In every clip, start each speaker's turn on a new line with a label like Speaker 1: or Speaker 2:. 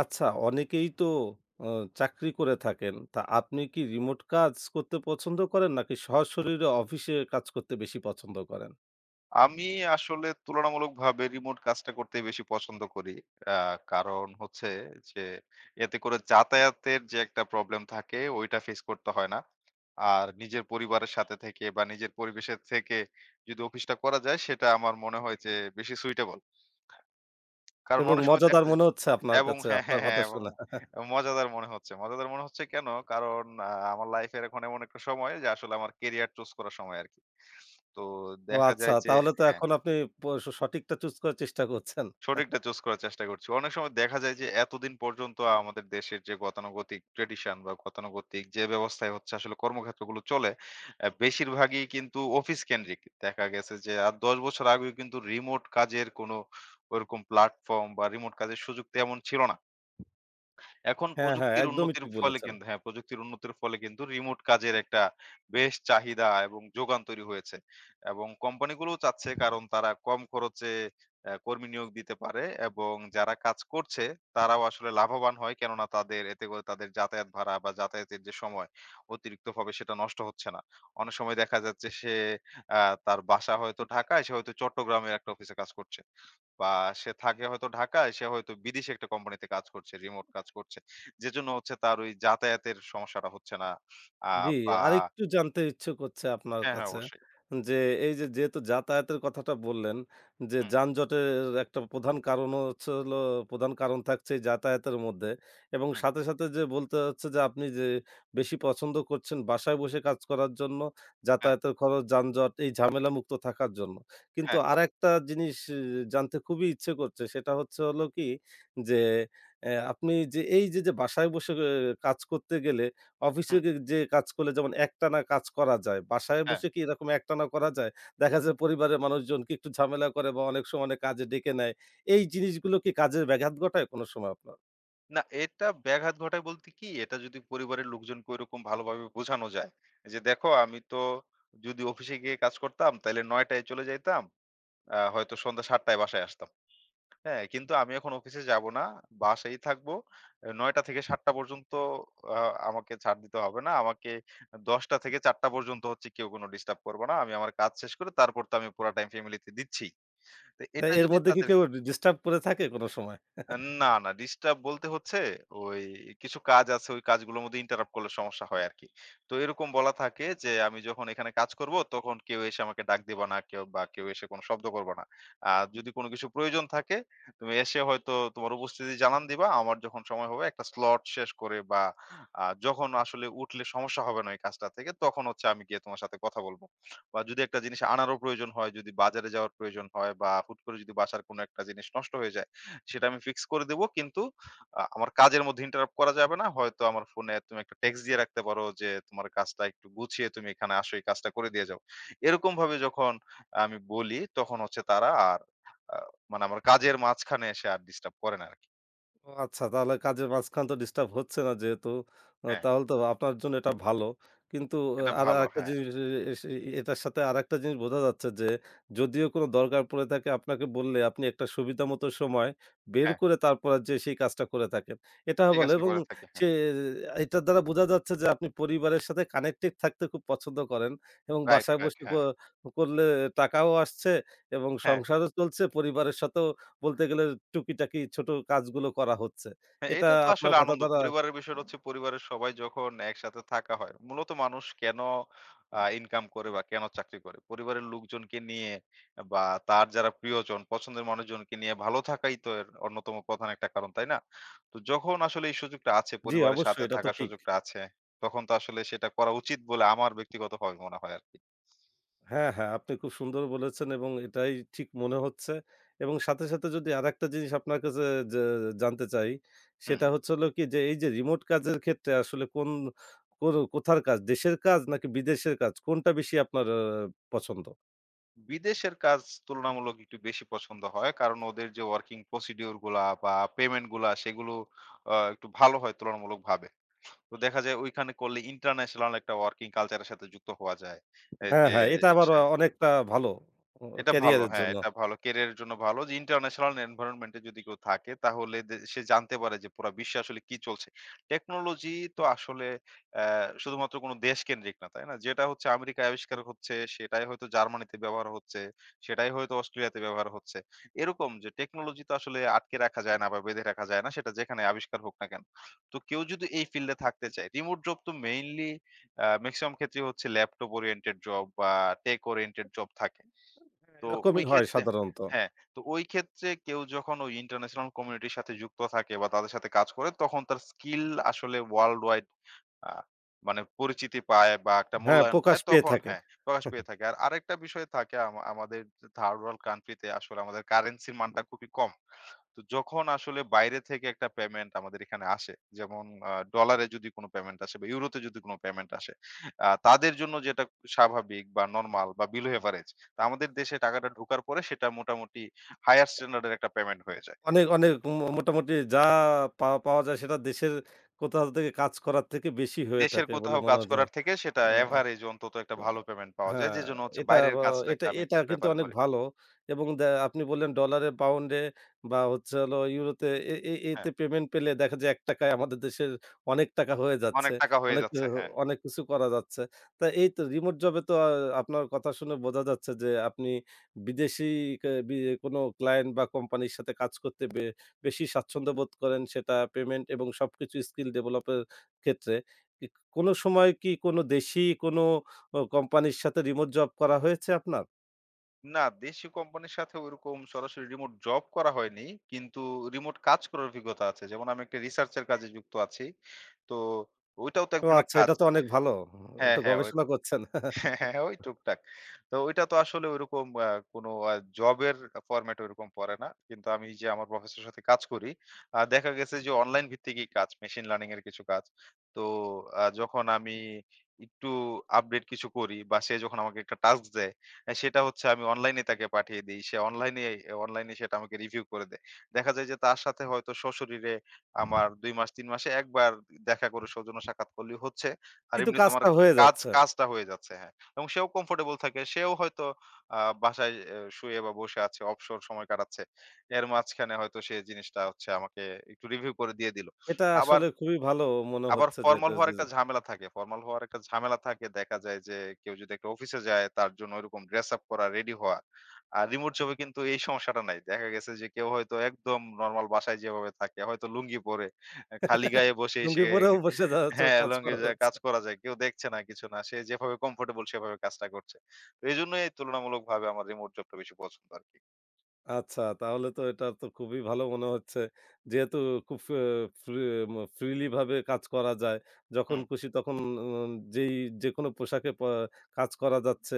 Speaker 1: আচ্ছা, অনেকেই তো অ চাকরি করে থাকেন। তা আপনি কি রিমোট কাজ করতে পছন্দ করেন নাকি সশরীরে অফিসে কাজ করতে বেশি পছন্দ করেন?
Speaker 2: আমি আসলে তুলনামূলকভাবে রিমোট কাজটা করতেই বেশি পছন্দ করি। আ কারণ হচ্ছে যে এতে করে যাতায়াতের যে একটা প্রবলেম থাকে ওইটা ফেস করতে হয় না। আর নিজের পরিবারের সাথে থেকে বা নিজের পরিবেশের থেকে যদি অফিসটা করা যায় সেটা আমার মনে হয় যে বেশি সুইটেবল। কারণ
Speaker 1: এবং
Speaker 2: অনেক সময় দেখা
Speaker 1: মজাদার
Speaker 2: যায়
Speaker 1: মনে হচ্ছে আপনার
Speaker 2: এবং
Speaker 1: কাছে,
Speaker 2: হ্যাঁ,
Speaker 1: আপনার
Speaker 2: হ্যাঁ, হ্যাঁ
Speaker 1: কথা
Speaker 2: এবং
Speaker 1: শুনে।
Speaker 2: মজাদার মনে হচ্ছে। মজাদার মনে হচ্ছে কেন? কারণ আমার লাইফের এখন এমন একটা সময় যে আসলে আমার ক্যারিয়ার চুজ করার সময় আরকি। তো
Speaker 1: ও
Speaker 2: দেখা
Speaker 1: আচ্ছা,
Speaker 2: যায় যে
Speaker 1: তাহলে তো
Speaker 2: হ্যাঁ।
Speaker 1: এখন আপনি প সঠিকটা চুজ করার চেষ্টা করছেন।
Speaker 2: সঠিকটা চুজ করার চেষ্টা করছি। অনেক সময় দেখা যায় যে এতদিন পর্যন্ত আমাদের দেশের যে গতানুগতিক ট্র্যাডিশন বা গতানুগতিক যে ব্যবস্থায় হচ্ছে আসলে কর্মক্ষেত্রগুলো চলে, বেশিরভাগই কিন্তু অফিস কেন্দ্রিক। দেখা গেছে যে আর ১০ বছর আগেও কিন্তু রিমোট কাজের কোনো ওরকম প্ল্যাটফর্ম বা রিমোট কাজের সুযোগ তেমন ছিল না। এখন
Speaker 1: হ্যাঁ, হ্যাঁ,
Speaker 2: প্রযুক্তির
Speaker 1: একদমই
Speaker 2: উন্নতির
Speaker 1: ঠিক
Speaker 2: ফলে
Speaker 1: বলেছেন।
Speaker 2: কিন্তু হ্যাঁ, প্রযুক্তির উন্নতির ফলে কিন্তু রিমোট কাজের একটা বেশ চাহিদা এবং যোগান তৈরি হয়েছে। এবং কোম্পানিগুলোও চাচ্ছে কারণ তারা কম খরচে কর্মী নিয়োগ দিতে পারে এবং যারা কাজ করছে তারাও আসলে লাভবান হয়। কেননা তাদের এতে করে তাদের যাতায়াত ভাড়া বা যাতায়াতের যে সময় অতিরিক্তভাবে সেটা নষ্ট হচ্ছে না। অনেক সময় দেখা যাচ্ছে সে আ তার বাসা হয়তো ঢাকায়, সে হয়তো চট্টগ্রামের একটা অফিসে কাজ করছে। বা সে থাকে হয়তো ঢাকায়, সে হয়তো বিদেশে একটা কোম্পানিতে কাজ করছে, রিমোট কাজ করছে। যেজন্য হচ্ছে তার ওই যাতায়াতের সমস্যাটা হচ্ছে না। আ
Speaker 1: জি,
Speaker 2: বা
Speaker 1: আরেকটু জানতে ইচ্ছে করছে আপনার
Speaker 2: হ্যাঁ, হ্যাঁ
Speaker 1: কাছে
Speaker 2: অবশ্যই।
Speaker 1: যে, এই যে যেহেতু যাতায়াতের কথাটা বললেন যে,
Speaker 2: হুম,
Speaker 1: যানজটের একটা প্রধান কারণও হচ্ছে হলো প্রধান কারণ থাকছে এই যাতায়াতের মধ্যে এবং
Speaker 2: হুম,
Speaker 1: সাথে, সাথে যে বলতে হচ্ছে যে আপনি যে বেশি পছন্দ করছেন বাসায় বসে কাজ করার জন্য,
Speaker 2: হ্যাঁ,
Speaker 1: যাতায়াতের খরচ, যানজট এই ঝামেলামুক্ত থাকার জন্য। কিন্তু
Speaker 2: হ্যাঁ,
Speaker 1: আরেকটা জিনিস জানতে খুবই ইচ্ছে করছে সেটা হচ্ছে হলো কি যে, আপনি যে এই যে বাসায় বসে কাজ করতে গেলে
Speaker 2: হুম,
Speaker 1: অফিসে যেয়ে কাজ করলে যেমন একটানা কাজ করা যায়। বাসায়
Speaker 2: হ্যাঁ।
Speaker 1: বসে কি এরকম একটানা করা যায়? দেখা যায় পরিবারের মানুষজন কি একটু ঝামেলা করে বা অনেক সময় অনেক কাজে ডেকে নেয়। এই জিনিসগুলো কি কাজের ব্যাঘাত ঘটায় কোনো সময় আপনার?
Speaker 2: না, এটা ব্যাঘাত ঘটায় বলতে কি, এটা যদি পরিবারের লোকজনকে ঐরকম ভালোভাবে বোঝানো যায় যে, "দেখো আমি তো যদি অফিসে গিয়ে কাজ করতাম তাইলে ৯ টায় চলে যাইতাম। হয়তো সন্ধ্যা ৭ টায় বাসায় আসতাম।" হ্যাঁ, কিন্তু আমি এখন অফিসে যাব না। বাসায়ই থাকব। ৯:০০ থেকে ৭:০০ পর্যন্ত আ আমাকে ছাড় দিতে হবে না। আমাকে ১০:০০ থেকে ৪:০০ পর্যন্ত হচ্ছে কেউ কোন ডিস্টার্ব করবে না। আমি আমার কাজ শেষ করে তারপর তো আমি পুরা টাইম ফ্যামিলিতে দিচ্ছি। তো
Speaker 1: তা
Speaker 2: এটা
Speaker 1: এর
Speaker 2: যদি
Speaker 1: মধ্যে কি
Speaker 2: তাদের
Speaker 1: কেউ ডিস্টার্ব করে থাকে কোনো সময়?
Speaker 2: আ না, না ডিস্টার্ব বলতে হচ্ছে ওই কিছু কাজ আছে, ওই কাজগুলোর মধ্যে ইন্টারাপ্ট করলে সমস্যা হয় আরকি। তো এরকম বলা থাকে যে, আমি যখন এখানে কাজ করব তখন কেউ এসে আমাকে ডাক দিবা না, কেউ বা কেউ এসে কোনো শব্দ করবা না। আর যদি কোনো কিছু প্রয়োজন থাকে তুমি এসে হয়তো তোমার উপস্থিতি জানান দিবা। আমার যখন সময় হবে একটা স্লট শেষ করে বা যখন আসলে উঠলে সমস্যা হবে না এই কাজটা থেকে তখন হচ্ছে আমি গিয়ে তোমার সাথে কথা বলব। বা যদি একটা জিনিস আনারও প্রয়োজন হয়, যদি বাজারে যাওয়ার প্রয়োজন হয় বা হুট করে যদি বাসার কোনো একটা জিনিস নষ্ট হয়ে যায় সেটা আমি ফিক্স করে দেব। কিন্তু আমার কাজের মধ্যে ইন্টারাপ্ট করা যাবে না। হয়তো আমার ফোনে তুমি একটা টেক্সট দিয়ে রাখতে পারো যে, "তোমার কাজটা একটু গুছিয়ে তুমি এখানে আসো, এই কাজটা করে দিয়ে যাও।" এরকমভাবে যখন আমি বলি, তখন হচ্ছে তারা আর আ মানে আমার কাজের মাঝখানে এসে আর ডিস্টার্ব করে না আরকি।
Speaker 1: ও আচ্ছা, তাহলে কাজের মাঝখান তো ডিস্টার্ব হচ্ছে না যেহেতু,
Speaker 2: হ্যাঁ,
Speaker 1: তাহলে তো আপনার জন্য এটা ভালো। কিন্তু
Speaker 2: এটা
Speaker 1: আর
Speaker 2: ভালো।
Speaker 1: আরেকটা
Speaker 2: হ্যাঁ,
Speaker 1: জিনিস এ এস এটার সাথে আরেকটা জিনিস বোঝা যাচ্ছে যে, যদিও কোনো দরকার পড়ে থাকে আপনাকে বললে আপনি একটা সুবিধামতো সময় বের
Speaker 2: হ্যাঁ।
Speaker 1: করে তারপরে যেয়ে সেই কাজটা করে থাকেন। এটা
Speaker 2: এই
Speaker 1: ভালো
Speaker 2: কাজটা
Speaker 1: এবং
Speaker 2: করে থাকি। হ্যাঁ।
Speaker 1: সে এটার দ্বারা বোঝা যাচ্ছে যে আপনি পরিবারের সাথে কানেক্টেড থাকতে খুব পছন্দ করেন এবং
Speaker 2: রাইট,
Speaker 1: বাসায়
Speaker 2: রাইট।
Speaker 1: বসে
Speaker 2: হ্যাঁ,
Speaker 1: করলে টাকাও আসছে এবং
Speaker 2: হ্যাঁ।
Speaker 1: সংসারও চলছে, পরিবারের সাথেও বলতে গেলে টুকিটাকি ছোট কাজগুলো করা হচ্ছে।
Speaker 2: হ্যাঁ,
Speaker 1: এটা
Speaker 2: এটা তো
Speaker 1: আপনার
Speaker 2: আসলে
Speaker 1: কথা
Speaker 2: আনন্দ।
Speaker 1: দ্বারা।
Speaker 2: পরিবারের বিষয়টা হচ্ছে পরিবারের সবাই যখন একসাথে থাকা হয়, মূলত মানুষ কেন ইনকাম করে বা কেন চাকরি করে? পরিবারের লোকজনকে নিয়ে বা তার যারা প্রিয়জন, পছন্দের মানুষজনকে নিয়ে ভালো থাকাই তো এর অন্যতম প্রধান একটা কারণ, তাই না? তো যখন আসলে এই সুযোগটা আছে,
Speaker 1: জি,
Speaker 2: পরিবারের সাথে
Speaker 1: অবশ্যই এটা তো
Speaker 2: থাকার
Speaker 1: ঠিক।
Speaker 2: সুযোগটা আছে, তখন তো আসলে সেটা করা উচিত বলে আমার ব্যক্তিগতভাবে মনে হয় আরকি।
Speaker 1: হ্যাঁ, হ্যাঁ, আপনি খুব সুন্দর বলেছেন এবং এটাই ঠিক মনে হচ্ছে এবং সাথে, সাথে যদি আরেকটা জিনিস আপনার কাছে যে জানতে চাই,
Speaker 2: হুম।
Speaker 1: সেটা হচ্ছে হলো কি যে এই যে রিমোট কাজের ক্ষেত্রে আসলে কোন কোন কোথার কাজ? দেশের কাজ নাকি বিদেশের কাজ? কোনটা বেশি আপনার পছন্দ?
Speaker 2: বিদেশের কাজ তুলনামূলক একটু বেশি পছন্দ হয়। কারণ ওদের যে ওয়ার্কিং প্রসিডিউর গুলা বা পেমেন্ট গুলা সেগুলো একটু ভালো হয় তুলনামূলকভাবে। তো দেখা যায় ঐখানে করলে ইন্টারন্যাশনাল একটা ওয়ার্কিং কালচার এর সাথে যুক্ত হওয়া যায়। এই
Speaker 1: হ্যাঁ,
Speaker 2: যে
Speaker 1: হ্যাঁ, এটা আবার অনেকটা ভালো অ
Speaker 2: এটা ভালো।
Speaker 1: ক্যারিয়ারের
Speaker 2: হ্যাঁ,
Speaker 1: জন্য।
Speaker 2: এটা ভালো। ক্যারিয়ার এর জন্য ভালো যে ইন্টারন্যাশনাল এনভায়রনমেন্ট এ যদি কেউ থাকে তাহলে সে জানতে পারে যে পুরা বিশ্বে আসলে কি চলছে। টেকনোলজি তো আসলে অ্যা শুধুমাত্র কোনো দেশ কেন্দ্রিক না, তাই না? যেটা হচ্ছে আমেরিকায় আবিষ্কার হচ্ছে, সেটাই হয়তো জার্মানিতে ব্যবহার হচ্ছে, সেটাই হয়তো অস্ট্রেলিয়াতে ব্যবহার হচ্ছে। এরকম যে টেকনোলজি তো আসলে আটকে রাখা যায় না বা বেঁধে রাখা যায় না, সেটা যেখানে আবিষ্কার হোক না কেন। তো কেউ যদি এই ফিল্ডে থাকতে চায়, রিমোট জব তো মেইনলি মেক্সিমাম ক্ষেত্রেই হচ্ছে ল্যাপটপ ওরিয়েন্টেড জব বা টেক ওরিয়েন্টেড জব থাকে।
Speaker 1: হ্যাঁ,
Speaker 2: তো ওই
Speaker 1: এরকমই হয়
Speaker 2: ক্ষেত্রে
Speaker 1: সাধারণত।
Speaker 2: হ্যাঁ, তো ওই ক্ষেত্রে কেউ যখন ওই ইন্টারন্যাশনাল কমিউনিটির সাথে যুক্ত থাকে বা তাদের সাথে কাজ করে তখন তার স্কিল আসলে ওয়ার্লড ওয়াইড আ মানে পরিচিতি পায় বা একটা
Speaker 1: হ্যাঁ,
Speaker 2: মূল্যায়ন
Speaker 1: প্রকাশ
Speaker 2: পায়
Speaker 1: পেয়ে
Speaker 2: তখন
Speaker 1: থাকে।
Speaker 2: হ্যাঁ, প্রকাশ পেয়ে থাকে। আর আরেকটা বিষয় থাকে আমাদের থার্ড ওয়ার্ল্ড কান্ট্রি তে আসলে আমাদের কারেন্সির মানটা খুবই কম। তো যখন আসলে বাইরে থেকে একটা পেমেন্ট আমাদের এখানে আসে, যেমন ডলারে যদি কোন পেমেন্ট আসে বা ইউরোতে যদি কোন পেমেন্ট আসে, তাদের জন্য যেটা স্বাভাবিক বা নরমাল বা বিলো এভারেজ। তো আমাদের দেশে টাকাটা ঢোকার পরে সেটা মোটামুটি হায়ার স্ট্যান্ডার্ড এর একটা পেমেন্ট হয়ে যায়।
Speaker 1: অনেক, অনেক মোটামুটি যা পাওয়া যায় সেটা দেশের কোথাও থেকে কাজ করার থেকে বেশি হয়ে
Speaker 2: দেশের
Speaker 1: থাকে বলে
Speaker 2: কোথাও
Speaker 1: মনে
Speaker 2: কাজ
Speaker 1: হতো।
Speaker 2: করার থেকে সেটা
Speaker 1: আ আ
Speaker 2: এভারেজ অন্তত একটা ভালো পেমেন্ট পাওয়া যায়।
Speaker 1: হ্যাঁ,
Speaker 2: যেজন্য হচ্ছে
Speaker 1: এটা
Speaker 2: বাইরের কাজটাকে
Speaker 1: এটা
Speaker 2: আমি
Speaker 1: এটা
Speaker 2: একটু
Speaker 1: কিন্তু
Speaker 2: প্রেফার
Speaker 1: অনেক
Speaker 2: করি।
Speaker 1: ভালো এবং আপনি বললেন ডলারে, পাউন্ডে বা হচ্ছে হলো ইউরোতে এ এ
Speaker 2: হ্যাঁ,
Speaker 1: এতে পেমেন্ট পেলে দেখা যায় ৳১ য় আমাদের দেশের অনেক টাকা হয়ে
Speaker 2: অনেক
Speaker 1: যাচ্ছে।
Speaker 2: টাকা হয়ে
Speaker 1: অনেক অ
Speaker 2: যাচ্ছে। হ্যাঁ।
Speaker 1: অনেক কিছু করা যাচ্ছে। তা এই তো রিমোট জবে তো আপনার কথা শুনে বোঝা যাচ্ছে যে আপনি বিদেশী কে বি কোনো ক্লায়েন্ট বা কোম্পানির সাথে কাজ করতে বেশি স্বাচ্ছন্দ্য বোধ করেন সেটা পেমেন্ট এবং সবকিছু স্কিল ডেভেলপের ক্ষেত্রে। কি কোনো সময় কি কোনো দেশী কোনো কোম্পানির সাথে রিমোট জব করা হয়েছে আপনার?
Speaker 2: না, দেশি কোম্পানির সাথে ওইরকম সরাসরি রিমোট জব করা হয়নি। কিন্তু রিমোট কাজ করার অভিজ্ঞতা আছে। যেমন আমি একটা রিসার্চ এর কাজে যুক্ত আছি। তো ওইটাও তো এক
Speaker 1: ও
Speaker 2: ধরনের
Speaker 1: আচ্ছা,
Speaker 2: কাজ।
Speaker 1: এটা তো অনেক ভালো।
Speaker 2: হ্যাঁ,
Speaker 1: একটু
Speaker 2: হ্যাঁ, হ্যাঁ।
Speaker 1: গবেষণা করছেন।
Speaker 2: হ্যাঁ, হ্যাঁ, ওই টুকটাক। তো ওইটা তো আসলে ঐরকম কোনো জবের ফরম্যাট ওরকম পড়ে না। কিন্তু আমি যে আমার প্রফেসরের সাথে কাজ করি, দেখা গেছে যে অনলাইন ভিত্তিকই কাজ, মেশিন লার্নিং এর কিছু কাজ। তো যখন আমি একটু আপডেট কিছু করি বা সে যখন আমাকে একটা টাস্ক দেয়, সেটা হচ্ছে আমি অনলাইনে তাকে পাঠিয়ে দেই। সে অনলাইনে অনলাইনে সেটা আমাকে রিভিউ করে দেয়। দেখা যায় যে তার সাথে হয়তো সশরীরে আমার ২ মাস ৩ মাসে একবার দেখা করে সৌজন্য সাক্ষাৎ করলেই হচ্ছে। আর
Speaker 1: কিন্তু
Speaker 2: এমনিতে আমার
Speaker 1: কাজটা হয়ে যাচ্ছে।
Speaker 2: কাজটা হয়ে যাচ্ছে। হ্যাঁ। এবং সেও কমফোর্টেবল থাকে। সেও হয়তো আ বাসায় এ শুয়ে বা বসে আছে, অবসর সময় কাটাচ্ছে। এর মাঝখানে হয়তো সে জিনিসটা হচ্ছে আমাকে একটু রিভিউ করে দিয়ে দিল।
Speaker 1: এটা
Speaker 2: আবার,
Speaker 1: আসলে খুবই ভালো মনে হচ্ছে যে
Speaker 2: ফরমাল
Speaker 1: এটা
Speaker 2: হওয়ার
Speaker 1: যে
Speaker 2: একটা ঝামেলা থাকে। ফরমাল হওয়ার একটা ঝামেলা থাকে। দেখা যায় যে কেউ যদি একটা অফিসে যায় তার জন্য ওইরকম ড্রেস আপ করা, রেডি হওয়া। আর রিমোট জবে কিন্তু এই সমস্যাটা নাই। দেখা গেছে যে কেউ হয়তো একদম নরমাল বাসায় যেভাবে থাকে হয়তো লুঙ্গি পরে, এ খালি গায়ে বসেই
Speaker 1: লুঙ্গি
Speaker 2: সে
Speaker 1: পরেও বসে যা চ
Speaker 2: হ্যাঁ,
Speaker 1: কাজ
Speaker 2: লংগি
Speaker 1: করা
Speaker 2: যায়
Speaker 1: যাচ্ছে।
Speaker 2: কাজ করা যায়। কেউ দেখছে না, কিছু না। সে যেভাবে কমফোর্টেবল সেভাবে কাজটা করছে। তো এজন্যই তুলনামূলকভাবে আমার রিমোট জবটা বেশি পছন্দ আরকি।
Speaker 1: আচ্ছা, তাহলে তো এটা তো খুবই ভালো মনে হচ্ছে। যেহেতু খুব ফে ফ্রি ম ফ্রিলি ভাবে কাজ করা যায়। যখন
Speaker 2: হুম।
Speaker 1: খুশি তখন উম যেই যেকোনো পোশাকে কাজ করা যাচ্ছে।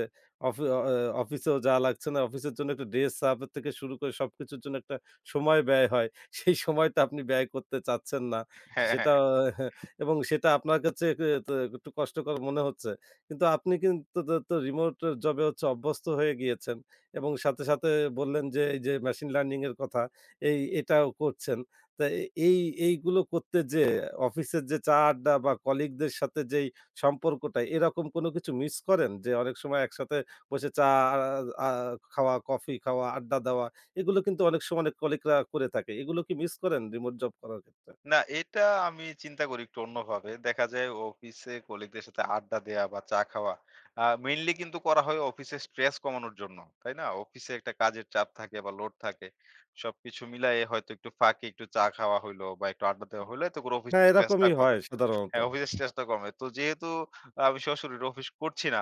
Speaker 1: অফি অ এ অফিসেও যাওয়া লাগছে না। অফিসের জন্য একটু ড্রেস আপ এর থেকে শুরু করে সবকিছুর জন্য একটা সময় ব্যয় হয়। সেই সময়টা আপনি ব্যয় করতে চাচ্ছেন না।
Speaker 2: হ্যাঁ,
Speaker 1: সেটা
Speaker 2: হ্যাঁ।
Speaker 1: আহ, এবং সেটা আপনার কাছে এ ত একটু কষ্টকর মনে হচ্ছে। কিন্তু আপনি কিন্তু তো তো রিমোট জবে হচ্ছে অভ্যস্ত হয়ে গিয়েছেন। এবং সাথে, সাথে বললেন যে এই যে মেশিন লার্নিং এর কথা এটাও করছেন। তা এ এই এইগুলো করতে যেয়ে অফিসের যে চা আড্ডা বা কলিগদের সাথে যেই সম্পর্কটা এরকম কোনো কিছু মিস করেন? যে অনেক সময় একসাথে বসে চা আ আ খাওয়া, কফি খাওয়া, আড্ডা দেওয়া এগুলো কিন্তু অনেক সময় অনেক কলিগরা করে থাকে। এগুলো কি মিস করেন রিমোট জব করার ক্ষেত্রে?
Speaker 2: না, এটা আমি চিন্তা করি একটু অন্যভাবে। দেখা যায় অফিসে কলিগদের সাথে আড্ডা দেয়া বা চা খাওয়া মেইনলি কিন্তু করা হয় অফিসে স্ট্রেস কমানোর জন্য। তাই না? অফিসে একটা কাজের চাপ থাকে বা লোড থাকে। সবকিছু মিলায়ে হয়তো একটু ফাঁকে একটু চা খাওয়া হইলো বা একটু আড্ডা দেওয়া হইলো এতে করে অফিস
Speaker 1: হ্যাঁ,
Speaker 2: স্ট্রেসটা
Speaker 1: এরকমই
Speaker 2: কমে।
Speaker 1: হয় সাধারণত।
Speaker 2: হ্যাঁ, অফিসের স্ট্রেসটা কমে। তো যেহেতু আমি সরাসরি অফিস করছি না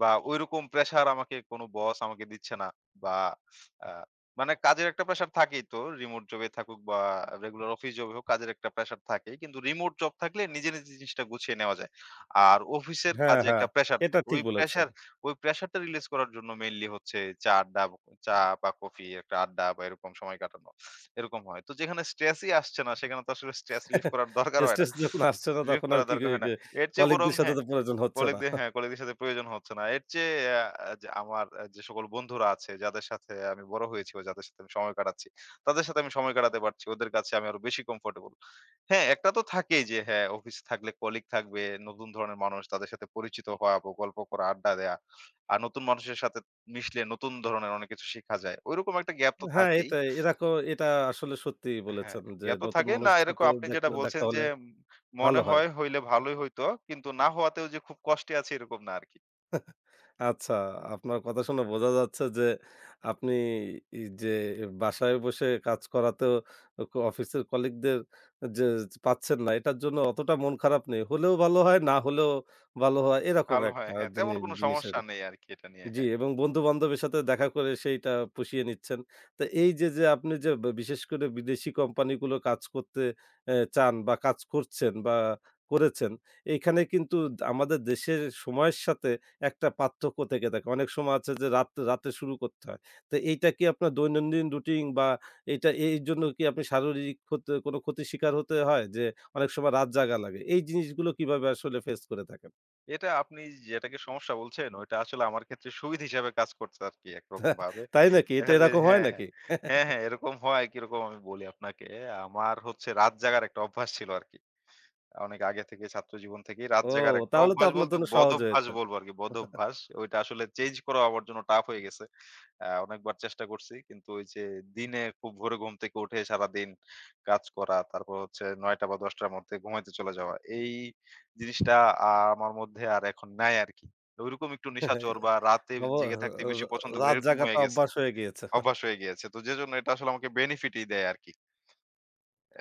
Speaker 2: বা ঐরকম প্রেশার আমাকে কোন বস আমাকে দিচ্ছে না বা আ মানে কাজের একটা প্রেশার থাকেই তো। রিমোট জবে থাকুক বা রেগুলার অফিস জবে হোক কাজের একটা প্রেশার থাকেই। কিন্তু রিমোট জব থাকলে নিজে, নিজে জিনিসটা গুছিয়ে নেওয়া যায়। আর অফিসের
Speaker 1: হ্যাঁ,
Speaker 2: কাজে
Speaker 1: হ্যাঁ,
Speaker 2: একটা প্রেশার
Speaker 1: এটা
Speaker 2: থাকে।
Speaker 1: ঠিক বলেছেন।
Speaker 2: ওই প্রেশারটা রিলিজ করার জন্য মেইনলি হচ্ছে চা আড্ডা, চা বা কফি একটা আড্ডা বা এরকম সময় কাটানো। এরকম হয়। তো যেখানে স্ট্রেসই আসছে না সেখানে তো আসলে স্ট্রেস রিলিফ করার দরকার হয় না।
Speaker 1: স্ট্রেস যখন আসছে না
Speaker 2: ব্রিফ
Speaker 1: তখন আর
Speaker 2: করা
Speaker 1: কি গে
Speaker 2: দরকার হয় না।
Speaker 1: গে
Speaker 2: এর চেয়ে বরং
Speaker 1: কলিগদের সাথে
Speaker 2: হ্যাঁ,
Speaker 1: তো প্রয়োজন হচ্ছে না।
Speaker 2: হ্যাঁ, কলিগদের সাথে প্রয়োজন হচ্ছে না। এর চেয়ে আ যে আমার আ যে সকল বন্ধুরা আছে, যাদের সাথে আমি বড় হয়েছি বা যাদের সাথে আমি সময় কাটাচ্ছি, তাদের সাথে আমি সময় কাটাতে পারছি। ওদের কাছে আমি আরো বেশি কমফোর্টেবল। হ্যাঁ, একটা তো থাকেই যে হ্যাঁ, অফিসে থাকলে কলিগ থাকবে, নতুন ধরনের মানুষ, তাদের সাথে পরিচিত হওয়া, গল্প করা, আড্ডা দেয়া। আর নতুন মানুষের সাথে মিশলে নতুন ধরনের অনেক কিছু শিখা যায়। ঐরকম একটা গ্যাপ তো
Speaker 1: হ্যাঁ,
Speaker 2: থাকেই।
Speaker 1: এটাই। এটা আসলে সত্যিই
Speaker 2: হ্যাঁ,
Speaker 1: বলেছেন যে,
Speaker 2: জ্ঞাত
Speaker 1: নতুন
Speaker 2: থাকে না
Speaker 1: মানুষের
Speaker 2: এরকম
Speaker 1: সাথে
Speaker 2: আপনি যেটা বলছেন
Speaker 1: দেখা
Speaker 2: যে
Speaker 1: হলে
Speaker 2: মনে
Speaker 1: ভালো হয়।
Speaker 2: হয় হইলে ভালোই হইতো। কিন্তু না হওয়াতেও যে খুব কষ্টে আছি এরকম না আরকি।
Speaker 1: আচ্ছা, আপনার কথা শুনে বোঝা যাচ্ছে যে, আপনি ই যে বাসায় বসে কাজ করাতেও অফিসের কলিগদের যে পাচ্ছেন না, এটার জন্য অতটা মন খারাপ নেই। হলেও ভালো হয়, না হলেও ভালো হয়, এরকম
Speaker 2: ভালো হয়
Speaker 1: একটা
Speaker 2: হ্যাঁ, তেমন কোনো
Speaker 1: জিনিস
Speaker 2: সমস্যা
Speaker 1: আরকি।
Speaker 2: নেই আরকি এটা নিয়ে
Speaker 1: জি,
Speaker 2: হ্যাঁ।
Speaker 1: এবং বন্ধু-বান্ধবের সাথে দেখা করে সেইটা পুষিয়ে নিচ্ছেন। তো এই যে আপনি যে বিশেষ করে বিদেশি কোম্পানিগুলো কাজ করতে চান বা কাজ করছেন বা করেছেন, এইখানে কিন্তু আমাদের দেশের সময়ের সাথে একটা পার্থক্য থেকে থাকে। অনেক সময় আছে যে রাতে শুরু করতে হয়। তো এইটা কি আপনার দৈনন্দিন রুটিন বা এইটা এইজন্য কি আপনি শারীরিক কোনো ক্ষতির শিকার হতে হয়? যে অনেক সময় রাত জাগা লাগে। এই জিনিসগুলো কিভাবে আসলে ফেস করে থাকেন?
Speaker 2: এটা আপনি যেটাকে সমস্যা বলছেন ওইটা আসলে আমার ক্ষেত্রে সুবিধা হিসেবে কাজ করছে আরকি একরকম ভাবে।
Speaker 1: তাই নাকি? এটা
Speaker 2: দেখা যায়
Speaker 1: এরকম হয়
Speaker 2: হ্যাঁ, হ্যাঁ।
Speaker 1: নাকি?
Speaker 2: হ্যাঁ, হ্যাঁ এরকম হয় কিরকম আমি বলি আপনাকে। আমার হচ্ছে রাত জাগার একটা অভ্যাস ছিল আরকি। অনেক আগে থেকে ছাত্র জীবন থেকেই রাত
Speaker 1: ও!
Speaker 2: জাগার একটা
Speaker 1: তাহলে তো
Speaker 2: অভ্যাস
Speaker 1: আপনার
Speaker 2: বলতে
Speaker 1: জন্য সহজ
Speaker 2: বদভ্যাস
Speaker 1: হয়েছে।
Speaker 2: বলবো আরকি বদভ্যাস। ওইটা আসলে চেঞ্জ করা আমার জন্য টাফ হয়ে গেছে। অনেকবার চেষ্টা করছি। কিন্তু ওই যে দিনে খুব ভোরে ঘুম থেকে উঠে সারাদিন কাজ করা, তারপর হচ্ছে ৯:০০ বা ১০:০০ র মধ্যে ঘুমাইতে চলে যাওয়া। এই জিনিসটা আমার মধ্যে আর এখন নাই আরকি। ওইরকম একটু নিশাচর বা রাতে
Speaker 1: অব
Speaker 2: জেগে থাকতে বেশি পছন্দ করি
Speaker 1: রাত
Speaker 2: এরকম
Speaker 1: জাগাটা
Speaker 2: হয়ে গেছে।
Speaker 1: অভ্যাস হয়ে গিয়েছে।
Speaker 2: অভ্যাস হয়ে গিয়েছে। তো যেজন্য এটা আসলে আমাকে বেনিফিটই দেয় আরকি।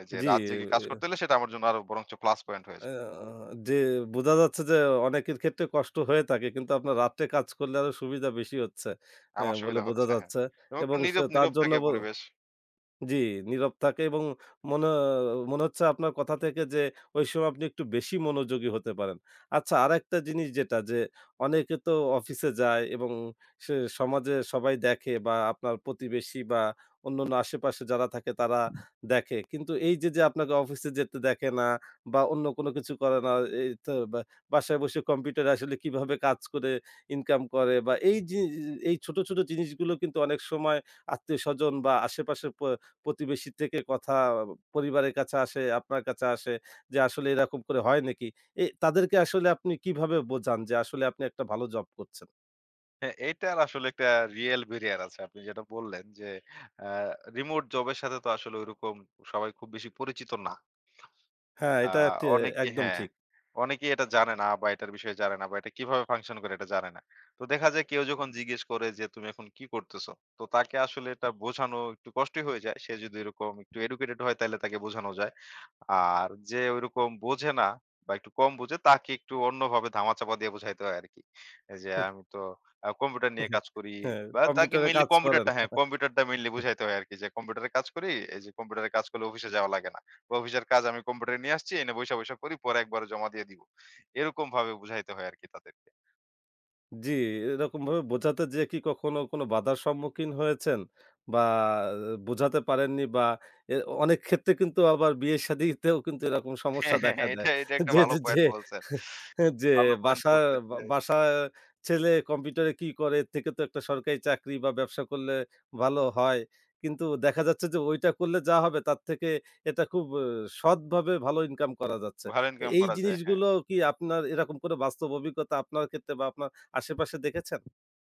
Speaker 2: এই যে
Speaker 1: জি,
Speaker 2: রাত জেগে কাজ করতে হলে সেটা আমার জন্য আরো বরঞ্চ প্লাস পয়েন্ট হয়ে
Speaker 1: আ
Speaker 2: যায়।
Speaker 1: যে বোঝা যাচ্ছে যে অনেকের ক্ষেত্রে কষ্ট হয়ে থাকে। কিন্তু আপনার রাত্রে কাজ করলে আরো সুবিধা বেশি হচ্ছে,
Speaker 2: আমার
Speaker 1: বলে
Speaker 2: সুবিধা
Speaker 1: বোঝা
Speaker 2: হচ্ছে, হ্যাঁ।
Speaker 1: যাচ্ছে
Speaker 2: এবং একটু
Speaker 1: এবং সে
Speaker 2: নীরব,
Speaker 1: তার
Speaker 2: নীরব
Speaker 1: জন্য
Speaker 2: থাকে পরিবেশ।
Speaker 1: জি, নীরব থাকে এবং মনে মনে হচ্ছে আপনার কথা থেকে যে ওই সময় আপনি একটু বেশি মনোযোগী হতে পারেন। আচ্ছা, আরেকটা জিনিস যে অনেকে তো অফিসে যায় এবং সে সমাজে সবাই দেখে বা আপনার প্রতিবেশী বা অন্যান্য আশেপাশে যারা থাকে তারা দেখে। কিন্তু এই যে আপনাকে অফিসে যেতে দেখে না বা অন্য কোনো কিছু করে না, এই তো বা বাসায় বসে কম্পিউটারে আসলে কিভাবে কাজ করে ইনকাম করে বা এই ছোট, ছোট জিনিসগুলো কিন্তু অনেক সময় আত্মীয়স্বজন বা আশেপাশের প্রতিবেশী থেকে কথা পরিবারের কাছে আসে, আপনার কাছে আসে যে আসলে এরকম করে হয় নাকি? তাদেরকে আসলে আপনি কিভাবে বোঝান যে আসলে আপনি একটা ভালো জব করছেন?
Speaker 2: হ্যাঁ, এটার আসলে একটা রিয়েল ব্যারিয়ার আছে। আপনি যেটা বললেন যে, আ রিমোট জবের সাথে তো আসলে ঐরকম সবাই খুব বেশি পরিচিত না।
Speaker 1: হ্যাঁ,
Speaker 2: আ
Speaker 1: এটা
Speaker 2: অনেকে
Speaker 1: একদম
Speaker 2: হ্যাঁ,
Speaker 1: ঠিক।
Speaker 2: অনেকেই এটা জানে না বা এটার বিষয়ে জানে না বা এটা কিভাবে ফাংশন করে এটা জানে না। তো দেখা যায় কেউ যখন জিজ্ঞেস করে যে, "তুমি এখন কি করতেছো?" তো তাকে আসলে এটা বোঝানো একটু কষ্টই হয়ে যায়। সে যদি এরকম একটু এডুকেটেড হয় তাইলে তাকে বোঝানো যায়। আর যে ওইরকম বোঝে না বা একটু কম বোঝে তাকে একটু অন্যভাবে ধামাচাপা দিয়ে বুঝাইতে হয় আরকি। যে
Speaker 1: হুম,
Speaker 2: আমি তো কম্পিউটার নিয়ে
Speaker 1: হ্যাঁ,
Speaker 2: কাজ করি
Speaker 1: হ্যাঁ,
Speaker 2: বা তাকে
Speaker 1: কম্পিউটারে
Speaker 2: মেইনলি
Speaker 1: কাজ করেন।
Speaker 2: হ্যাঁ, কম্পিউটারটা মেইনলি বুঝাইতে হয় আরকি যে, "কম্পিউটারে কাজ করি। এই যে কম্পিউটারে কাজ করলে অফিসে যাওয়া লাগে না।" অফিসের কাজ আমি কম্পিউটারে নিয়ে আসছি, এনে বইসা, বইসা করি। পরে একবারে জমা দিয়ে দিব। এরকম ভাবে বুঝাইতে হয় আরকি তাদেরকে।
Speaker 1: জি, এরকমভাবে বোঝাতে যেয়ে কি কখনো কোনো বাধার সম্মুখীন হয়েছেন? বা বোঝাতে পারেননি বা এ অনেক ক্ষেত্রে কিন্তু আবার বিয়ে-শাদীতেও কিন্তু এরকম
Speaker 2: হ্যাঁ,
Speaker 1: সমস্যা
Speaker 2: হ্যাঁ,
Speaker 1: দেখা
Speaker 2: হ্যাঁ।
Speaker 1: দেয়।
Speaker 2: এটা একটা
Speaker 1: যে,
Speaker 2: ভালো
Speaker 1: যে, যে,
Speaker 2: পয়েন্ট বলছেন।
Speaker 1: যে,
Speaker 2: ভালো পয়েন্ট
Speaker 1: বাসা
Speaker 2: বলছেন যে,
Speaker 1: বাসায় ছেলে কম্পিউটারে কি করে এর থেকে তো একটা সরকারি চাকরি বা ব্যবসা করলে ভালো হয়। কিন্তু দেখা যাচ্ছে যে ওইটা করলে যা হবে তার থেকে এটা খুব সৎভাবে ভালো ইনকাম করা যাচ্ছে।
Speaker 2: ভালো
Speaker 1: তো
Speaker 2: ইনকাম
Speaker 1: এই
Speaker 2: করা যায়। হ্যাঁ।
Speaker 1: জিনিসগুলো কি আপনার এরকম কোনো বাস্তব অভিজ্ঞতা আপনার ক্ষেত্রে বা আপনার আশেপাশে দেখেছেন?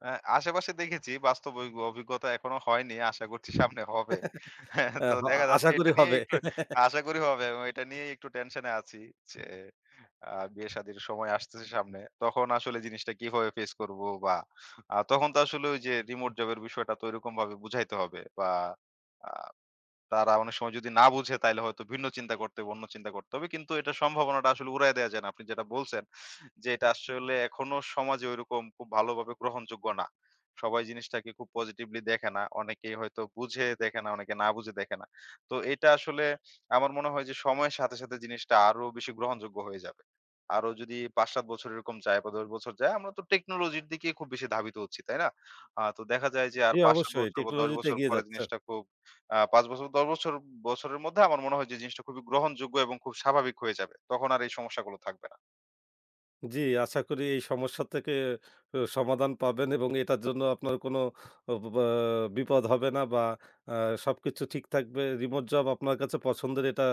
Speaker 2: আশেপাশে দেখেছি বাস্তব অভি অভিজ্ঞতা এখনো হয়নি। আশা করছি সামনে হবে। হ্যাঁ,
Speaker 1: আ
Speaker 2: তো
Speaker 1: হ
Speaker 2: দেখা যাচ্ছে
Speaker 1: আশা
Speaker 2: এটা
Speaker 1: করি
Speaker 2: নিয়ে
Speaker 1: হবে।
Speaker 2: একটু আশা করি হবে এবং এটা নিয়েই একটু টেনশনে আছি যে বিয়ে-শাদির সময় আসতেছে সামনে। তখন আসলে জিনিসটা কিভাবে ফেস করব বা তখন তো আসলে ওই যে রিমোট জবের বিষয়টা তো ওইরকম ভাবে বুঝাইতে হবে বা আ তারা অনেক সময় যদি না বুঝে তাইলে হয়তো ভিন্ন চিন্তা করতে হবে, অন্য চিন্তা করতে হবে। কিন্তু এটার সম্ভাবনাটা আসলে উড়ায় দেয়া যায় না। আপনি যেটা বলছেন যে এটা আসলে এখনো সমাজে ঐরকম খুব ভালোভাবে গ্রহণযোগ্য না। সবাই জিনিসটাকে খুব পজিটিভলি দেখে না। অনেকেই হয়তো বুঝে দেখে না, অনেকে না বুঝে দেখে না। তো এটা আসলে আমার মনে হয় যে সময়ের সাথে, সাথে জিনিসটা আরো বেশি গ্রহণযোগ্য হয়ে যাবে। আরো যদি ৫-৭ বছর এরকম যায় বা ১০ বছর যায় আমরা তো টেকনোলজির দিকে খুব বেশি ধাবিত হচ্ছি, তাই না? তো দেখা যায় যে আর
Speaker 1: জি,
Speaker 2: ৫-৭
Speaker 1: অবশ্যই
Speaker 2: বছর বা ১০
Speaker 1: টেকনোলজিতে
Speaker 2: বছর
Speaker 1: এগিয়ে
Speaker 2: পরে
Speaker 1: যাচ্ছেন।
Speaker 2: জিনিসটা খুব ৫ বছর ১০ বছরের মধ্যে আমার মনে হয় যে জিনিসটা খুবই গ্রহণযোগ্য এবং খুব স্বাভাবিক হয়ে যাবে। তখন আর এই সমস্যাগুলো থাকবে না।
Speaker 1: জি, আশা করি এই সমস্যা থেকে সমাধান পাবেন এবং এটার জন্য আপনার কোনো বা বিপদ হবে না বা আ সবকিছু ঠিক থাকবে। রিমোট জব আপনার কাছে পছন্দের এটা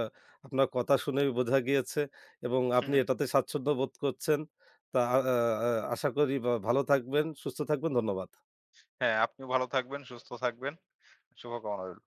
Speaker 1: আপনার কথা শুনেই বোঝা গিয়েছে এবং আপনি
Speaker 2: হুম,
Speaker 1: এটাতে স্বাচ্ছন্দ্য বোধ করছেন। তা আ আ আ আশা করি বা ভালো থাকবেন, সুস্থ থাকবেন। ধন্যবাদ।
Speaker 2: হ্যাঁ, আপনিও ভালো থাকবেন, সুস্থ থাকবেন। শুভকামনা রইল।